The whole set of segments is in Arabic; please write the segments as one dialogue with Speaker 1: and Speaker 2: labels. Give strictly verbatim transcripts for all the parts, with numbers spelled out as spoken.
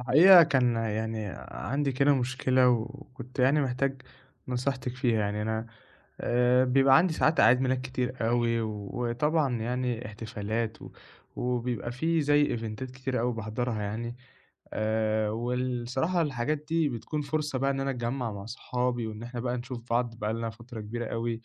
Speaker 1: الحقيقة كان يعني عندي كده مشكلة، وكنت يعني محتاج نصيحتك فيها يعني أنا. آه، بيبقى عندي ساعات أعياد ميلاد كتير قوي و- وطبعا يعني احتفالات، و- وبيبقى فيه زي ايفنتات كتير قوي بحضرها يعني. آه، والصراحة الحاجات دي بتكون فرصة بقى إن أنا أتجمع مع صحابي، وإن إحنا بقى نشوف بعض بقالنا فترة كبيرة قوي.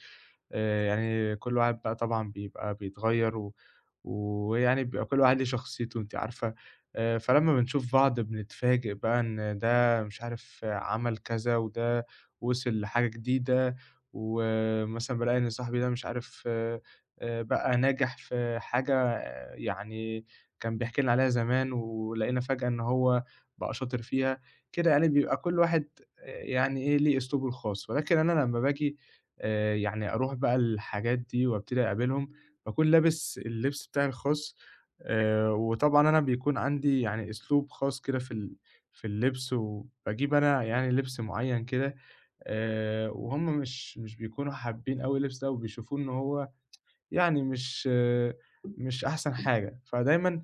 Speaker 1: آه، يعني كل واحد بقى طبعا بيبقى بيتغير. و... ويعني بيبقى كل واحد ليه شخصيته، أنت عارفة. آآ، فلمّا بنشوف بعض بنتفاجئ بقى إن ده مش عارف عمل كذا، وده وصل لحاجة جديدة. ومثلًا بالاقي إن صاحبي ده مش عارف، آآ، بقى ناجح في حاجة. آه، يعني كان بيحكي لنا عليها زمان، ولقينا فجأة إن هو بقى شاطر فيها. كده يعني بيبقى كل واحد آه، يعني إيه، ليه أسلوبه الخاص. ولكن أنا لمّا باجي آآ، يعني أروح بقى الحاجات دي وابتدي أقابلهم، باكون لابس اللبس بتاعي الخاص. آآ، وطبعًا أنا بيكون عندي يعني أسلوب خاص كده في ال في اللبس، وباجيب أنا يعني لبس معيّن كده. آآ، وهُم مش مش بيكونوا حابين أوي اللبس ده، وبيشوفوه إن هو يعني مش آه، مش أحسن حاجة. فدايمًا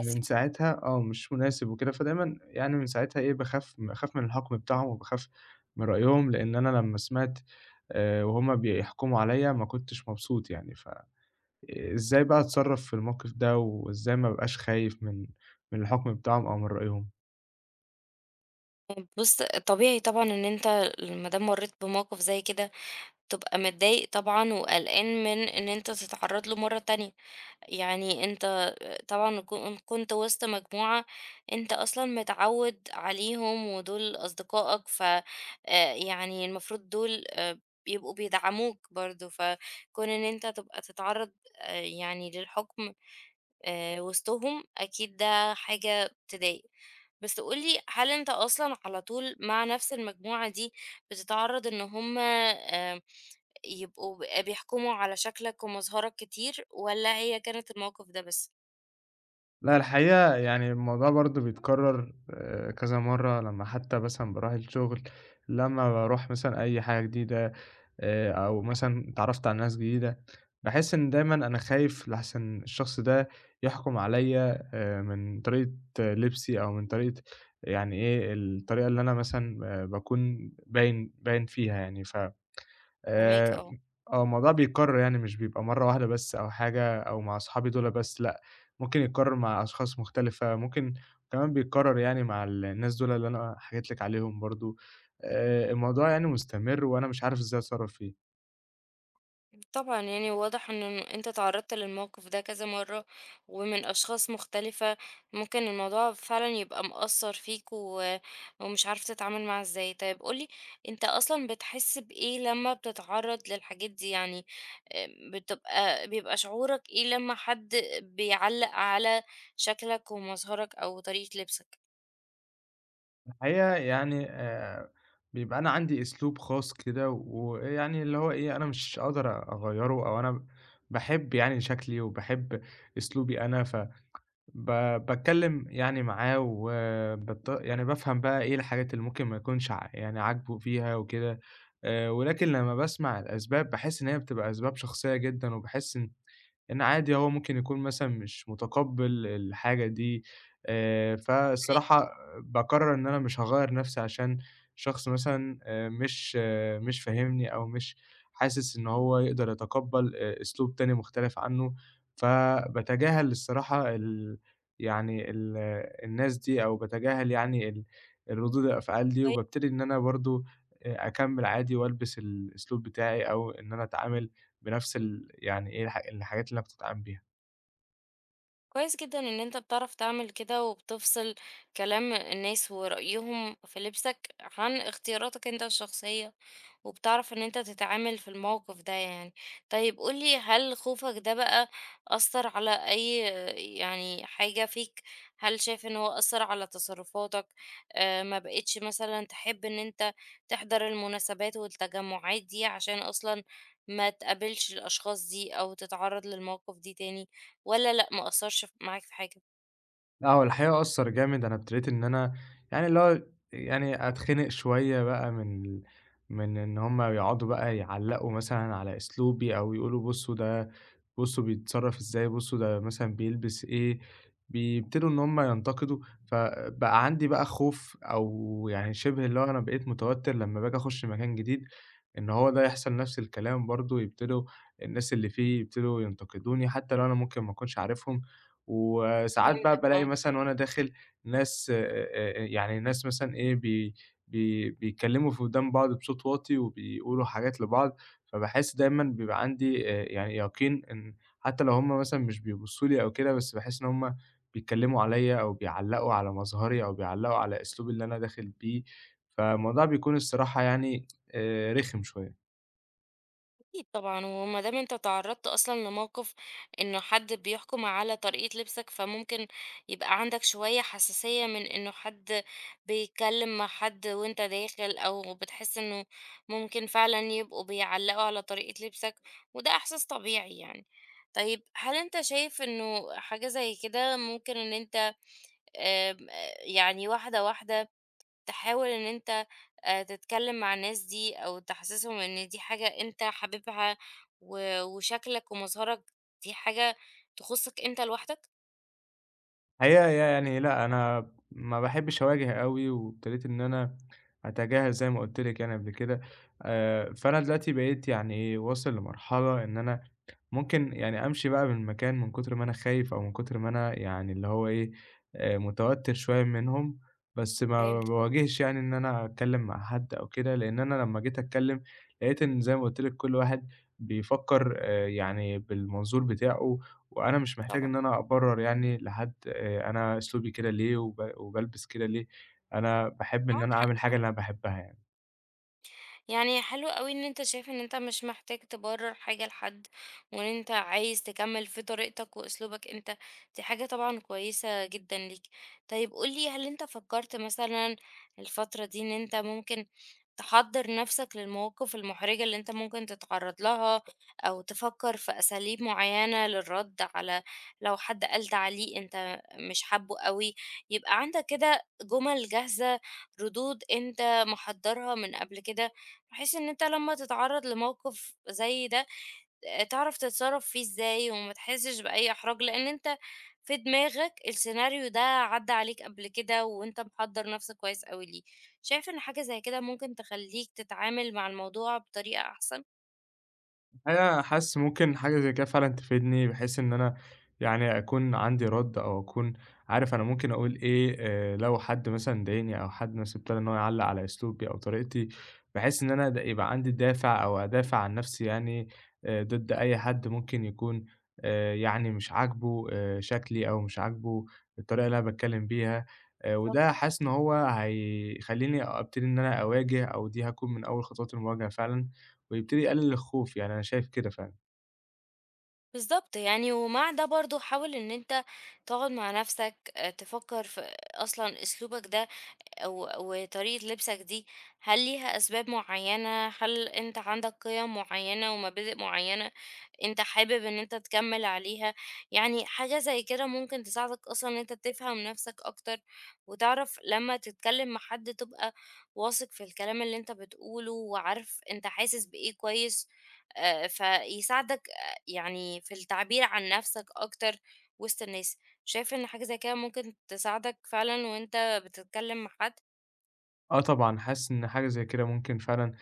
Speaker 2: بس
Speaker 1: ساعتها آه، مش مناسب وكده. فدايمًا يعني من ساعتها إيه، باخاف باخاف من الحُكم بتاعهم، وباخاف من رأيهم. لإن أنا لمّا سمعت، آآ، وهُم بيحكموا عليَّ، ما كنتش مبسوط يعني. ف إزاي بقى أتصرّف في الموقف ده، وإزاي ما ابقاش خايف من من الحُكم بتاعهم أو من رأيهم؟
Speaker 2: بُص، طبيعي طبعًا إن أنت ل ما دام مرّيت بموقف زي كده، تبقى متضايق طبعًا وقلقان من إن أنت تتعرّض له مرّة تانية. يعني أنت طبعًا كن كنت وسط مجموعة أنت أصلًا متعوّد عليهم ودول أصدقائك، ف آآ يعني المفروض دول آآ بيبقوا بيدعموك برضه، فكون إن أنت تبقى تتعرّض آآ يعني للحُكم آآ وسطهم، أكيد ده حاجة تضايق. بس قُل لي، هل أنت أصلًا على طول مع نفس المجموعة دي بتتعرّض إن هُم آآ يبقوا ب بيحكموا على شكلك ومظهرك كتير والّا هي كانت الموقف ده بس؟
Speaker 1: لأ، الحقيقة يعني الموضوع برضه بيتكرّر، آآ كذا مرّة، لمّا حتى مثلًا باروح الشغل، لمّا باروح مثلًا أي حاجة جديدة، آآ أو مثلًا اتعرّفت على ناس جديدة، باحس إن دايمًا أنا خايف لأحسن الشخص ده يحكُم عليّا آآ من طريقة لبسي، أو من طريقة، يعني إيه، الطريقة اللي أنا مثلًا آآ باكون باين باين فيها يعني. ف
Speaker 2: فاهماك
Speaker 1: آآ
Speaker 2: آه.
Speaker 1: آه، الموضوع بيتكرر يعني، مش بيبقى مرّة واحدة بس أو حاجة أو مع أصحابي دُولة بس، لأ. ممكن يتكرر مع أشخاص مختلفة. ممكن كمان بيتكرر يعني مع ال الناس دُولة اللي أنا حكيت لِك عليهم برضه. آآ الموضوع يعني مستمر، وأنا مش عارف إزاي أتصرّف فيه.
Speaker 2: طبعًا يعني واضح إن أنت اتعرضت للموقف ده كذا مرة، ومن أشخاص مختلفة، ممكن الموضوع فعلًا يبقى مأثّر فيك، و ومش عارف تتعامل معاه إزاي. طيب قُل لي، أنت أصلًا بتحس بإيه لمّا بتتعرض للحاجات دي؟ يعني آآ بتبقى بيبقى شعورك إيه لمّا حد بيعلّق على شكلك ومظهرك أو طريقة لبسك؟
Speaker 1: الحقيقة يعني آآ بيبقى أنا عندي أسلوب خاص كده. ويعني اللي هو إيه، أنا مش أقدر أغيّره، أو أنا باحب يعني شكلي وباحب أسلوبي أنا. ف ب باتكلّم يعني معاه، وبط يعني بافهم بقى إيه الحاجات اللي ممكن ما يكونش ع يعني عاجبه فيها وكده. آآ ولكن لمّا باسمع الأسباب، باحس إن هي بتبقى أسباب شخصية جدًا، وباحس إن إن عادي، هو ممكن يكون مثلًا مش متقبّل الحاجة دي. آآ، فالصراحة باقرّر إن أنا مش هاغيّر نَفْسي عشان شخص مثلًا، آآ، مش آه، مش فاهمني، أو مش حاسس إن هو يقدر يتقبّل آآ، أسلوب تاني مختلف عنّه. فباتجاهل الصراحة ال يعني ال الناس دي، أو باتجاهل يعني ال الردود الأفعال دي. وبابتدي إن أنا برضه آآ، أكمّل عادي وألبس الأسلوب بتاعي، أو إن أنا أتعامل بنفس ال يعني إيه الح الحاجات اللي أنا بتتعلم بيها.
Speaker 2: كويس جدًا إن أنت بتعرف تعمل كده، وبتفصل كلام الناس ورأيهم في لبسك عن اختياراتك أنت الشخصية، وبتعرف إن أنت تتعامل في الموقف ده يعني. طيب قُل لي، هل خوفك ده بقى أثّر على أي يعني حاجة فيك؟ هل شايف إن هو أثّر على تصرفاتك؟ آآ ما بقيتش مثلًا تحب إن أنت تحضر المناسبات والتجمعات دي عشان أصلًا ما تقابلش الأشخاص دي أو تتعرّض للمواقف دي تاني، والّا لأ، ما أثّرش ف معاك في حاجة؟
Speaker 1: لأ، هو الحقيقة أثّر جامد. أنا ابتديت إن أنا يعني اللي هو يعني أتخنق شوية بقى من ال من إن هُم يقعدوا بقى يعلّقوا مثلًا على أسلوبي، أو يقولوا بُصّوا ده، بُصّوا بيتصرّف إزاي، بُصّوا ده مثلًا بيلبس إيه، بيبتدوا إن هُم ينتقدوا. فبقى عندي بقى خوف، أو يعني شِبه اللي هو، أنا بقيت متوتّر لمّا باجي أخُش مكان جديد، إن هو ده يحصل نَفْس الكلام برضه. يبتدوا الناس اللي فيه يبتدوا ينتقدوني، حتّى لو أنا ممكن ما أكونش عارفهم. وساعات بقى
Speaker 2: فهمتك
Speaker 1: بالاقي
Speaker 2: آه.
Speaker 1: مثلًا وأنا داخل ناس، آآ، يعني ناس مثلًا إيه، بي بي بيتكلموا في قدّام بعض بصوت واطي، وبيقولوا حاجات لبعض. فباحس دايمًا بيبقى عندي آآ، يعني يقين، إن حتى لو هم مثلًا مش بيبصوا لي أو كده، بس باحس إن هم بيتكلموا عليَّ، أو بيعلّقوا على مظهري، أو بيعلّقوا على أسلوبي اللي أنا داخل بيه. فالموضوع بيكون الصراحة يعني آآ، رخم شوية.
Speaker 2: أكيد طبعًا، وما دام أنت تعرّضت أصلًا لموقف إنه حد بيحكم على طريقة لبسك، فممكن يبقى عندك شوية حساسية من إنه حد بيتكلم مع حد وأنت داخل، أو بتحس إنه ممكن فعلًا يبقوا بيعلّقوا على طريقة لبسك، وده إحساس طبيعي يعني. طيب هل أنت شايف إنه حاجة زي كده ممكن إن أنت آمم، يعني واحدة، واحدة تحاول إن أنت آآ تتكلّم مع الناس دي أو تحسّسهم إن دي حاجة أنت حاببها، و وشكلك ومظهرك دي حاجة تخُصّك أنت لوحدك؟
Speaker 1: الحقيقة ي يعني لأ، أنا ما باحبش أواجه أوي، وابتديت إن أنا أتجاهل زي ما قُلت لِك يعني قبل كده. آآ، فأنا دلوقتي بقيت يعني إيه، واصل لمرحلة إن أنا ممكن يعني أمشي بقى من المكان، من كتر ما أنا خايف، أو من كتر ما أنا يعني اللي هو إيه، آآ، متوتر شوية منهم. بس ما
Speaker 2: فهمتك.
Speaker 1: باواجهش يعني إن أنا أتكلم مع حد أو كده. لإن أنا لمّا جيت أتكلم، لقيت إن زي ما قُلت لِك كل واحد بيفكر آآ، يعني بالمنظور بتاعه. وأنا مش محتاج
Speaker 2: طبعًا،
Speaker 1: إن أنا أبرر يعني لحد، آآ أنا أسلوبي كده ليه، وب وبالبس كده ليه. أنا باحب إن
Speaker 2: معاك
Speaker 1: أنا
Speaker 2: حق
Speaker 1: أعمل حاجة
Speaker 2: طبعًا.
Speaker 1: اللي أنا باحبها يعني.
Speaker 2: يعني حلو قوي ان انت شايف ان انت مش محتاج تبرر حاجة لحد، وان انت عايز تكمل في طريقتك واسلوبك انت، دي حاجة طبعا كويسة جدا ليك. طيب قولي، هل انت فكرت مثلا الفترة دي ان انت ممكن تحضر نفسك للمواقف المحرجة اللي انت ممكن تتعرض لها، او تفكر في اساليب معينة للرد على، لو حد قال تعليق انت مش حابه قوي، يبقى عندك كده جمل جاهزة، ردود انت محضرها من قبل كده، بحيث إن أنت لمّا تتعرّض لموقف زي ده، آآ تعرف تتصرّف فيه إزاي وما تحسّش بأي إحراج، لإن أنت في دماغك السيناريو ده عدّى عليك قبل كده، وأنت محضّر نَفْسك كويس أوي ليه. شايف إن حاجة زي كده ممكن تخلّيك تتعامل مع الموضوع بطريقة أحسن؟
Speaker 1: أنا حاسس ممكن حاجة زي كده فعلًا تفيدني، بحيث إن أنا يعني أكون عندي رَد، أو أكون عارف أنا ممكن أقول إيه، آآ، لو حد مثلًا ضايقني، أو حد مثلًا ابتدى إن هو يعلّق على أسلوبي أو طريقتي. بحيث إن أنا د يبقى عندي دافع، أو أدافع عن نفسي يعني، آآ، ضد أي حد ممكن يكون آآ، يعني مش عاجبه آآ، شكلي، أو مش عاجبه الطريقة اللي أنا باتكلم بيها. آآ، وده
Speaker 2: بالضبط.
Speaker 1: حاسس إن هو هيخلّيني أبتدي إن أنا أواجه، أو دي هتكون من أول خطوات المواجهة فعلًا. ويبتدي يقلل الخوف، يعني أنا شايف كده فعلًا.
Speaker 2: بالضبط، يعني ومع ده برضه حاول إن أنت تقعُد مع نَفْسك، آآ تفكّر في أصلًا أسلوبك ده، و وطريقة لبسك دي، هل ليها أسباب معيّنة، هل أنت عندك قِيَم معيّنة ومبادئ معيّنة أنت حابب إن أنت تكمّل عليها؟ يعني حاجة زي كده ممكن تساعدك أصلًا إن أنت تفهم نَفْسك أكتر، وتعرف لمّا تتكلّم مع حد تبقى واثق في الكلام اللي أنت بتقوله، وعارف أنت حاسس بإيه كويس، آآ فيساعدك آآ يعني في التعبير عن نَفْسك أكتر وسط الناس. شايف إن حاجة زي كده ممكن تساعدك فعلًا وأنت بتتكلم مع حد؟
Speaker 1: آه طبعًا، حاسس إن حاجة زي كده ممكن فعلًا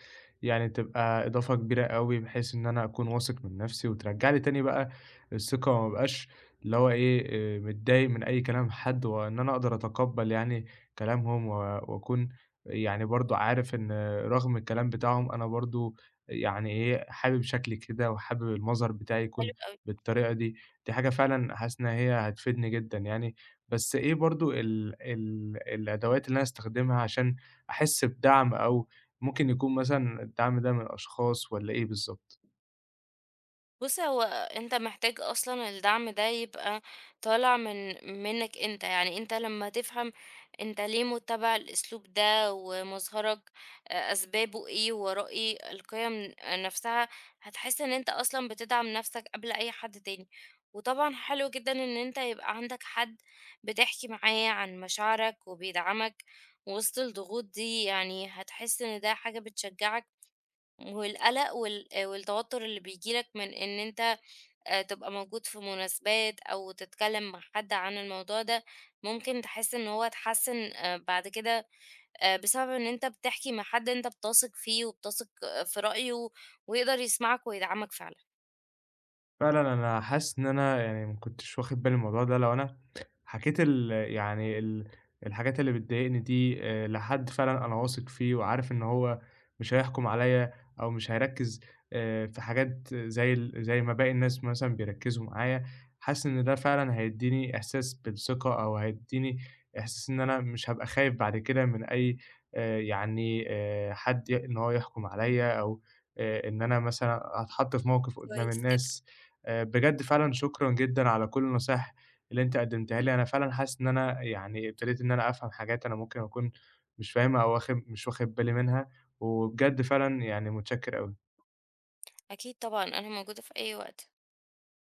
Speaker 1: يعني تبقى إضافة كبيرة أوي، بحيث إن أنا أكون واثق من نفسي، وترجّع لي تاني بقى الثقة، وما أبقاش اللي هو إيه، آآ متضايق من أي كلام حد. وإن أنا أقدر أتقبّل يعني كلامهم، و وأكون يعني برضه عارف إن رغم الكلام بتاعهم، أنا برضه يعني إيه، حابب شكلي كده، وحابب المظهر بتاعي
Speaker 2: حلو
Speaker 1: يكون
Speaker 2: أوي.
Speaker 1: بالطريقة دي. دي حاجة فعلًا حاسس إن هي هتفيدني جدًا يعني. بس إيه برضه ال ال الأدوات اللي أنا أستخدمها عشان أحس بدعم؟ أو ممكن يكون مثلًا الدعم ده من أشخاص، والّا إيه بالضبط؟
Speaker 2: بُص، هو أنت محتاج أصلًا الدعم ده يبقى طالع من منّك أنت، يعني أنت لمّا تفهم أنت ليه متّبع الأسلوب ده ومظهرك، أ أسبابه إيه، وراء إيه، القِيَم نَفْسها، هتحس إن أنت أصلًا بتدعم نَفْسك قبل أي حد تاني. وطبعًا حلو جدًا إن أنت يبقى عندك حد بتحكي معاه عن مشاعرك وبيدعمك وسط الضغوط دي، يعني هتحس إن ده حاجة بتشجّعك، والقلق وال والتوتر اللي بييجي لك من إن أنت آآ تبقى موجود في مناسبات أو تتكلم مع حد عن الموضوع ده، ممكن تحس إن هو اتحسن آآ بعد كده آآ بسبب إن أنت بتحكي مع حد أنت بتثق فيه وبتثق آه، في رأيه، ويقدر يسمعك ويدعمك فعلًا.
Speaker 1: فعلًا أنا حاسس إن أنا يعني ما كنتش واخد بالي من الموضوع ده. لو أنا حكيت ال يعني ال الحاجات اللي بتضايقني دي، آآ لحد فعلًا أنا واثق فيه، وعارف إن هو مش هيحكم عليّا، أو مش هيركّز آآ في حاجات زي ال زي ما باقي الناس مثلًا بيركّزوا معايا. حاسس إن ده فعلًا هيدّيني إحساس بالثقة، أو هيدّيني إحساس إن أنا مش هابقى خايف بعد كده من أي، آآ يعني آآ حد، ي إن هو يحكم عليّا، أو آآ إن أنا مثلًا أتحط في موقف قدّام
Speaker 2: كويس جدًا.
Speaker 1: الناس. آآ بجد فعلًا شكرًا جدًا على كل النصايح اللي أنت قدّمتها لي. أنا فعلًا حاسس إن أنا يعني ابتديت إن أنا أفهم حاجات أنا ممكن أكون مش فاهمها، أو واخد مش واخد بالي منها. وبجد فعلًا يعني متشكر أوي.
Speaker 2: أكيد طبعًا، أنا موجودة في أي وقت.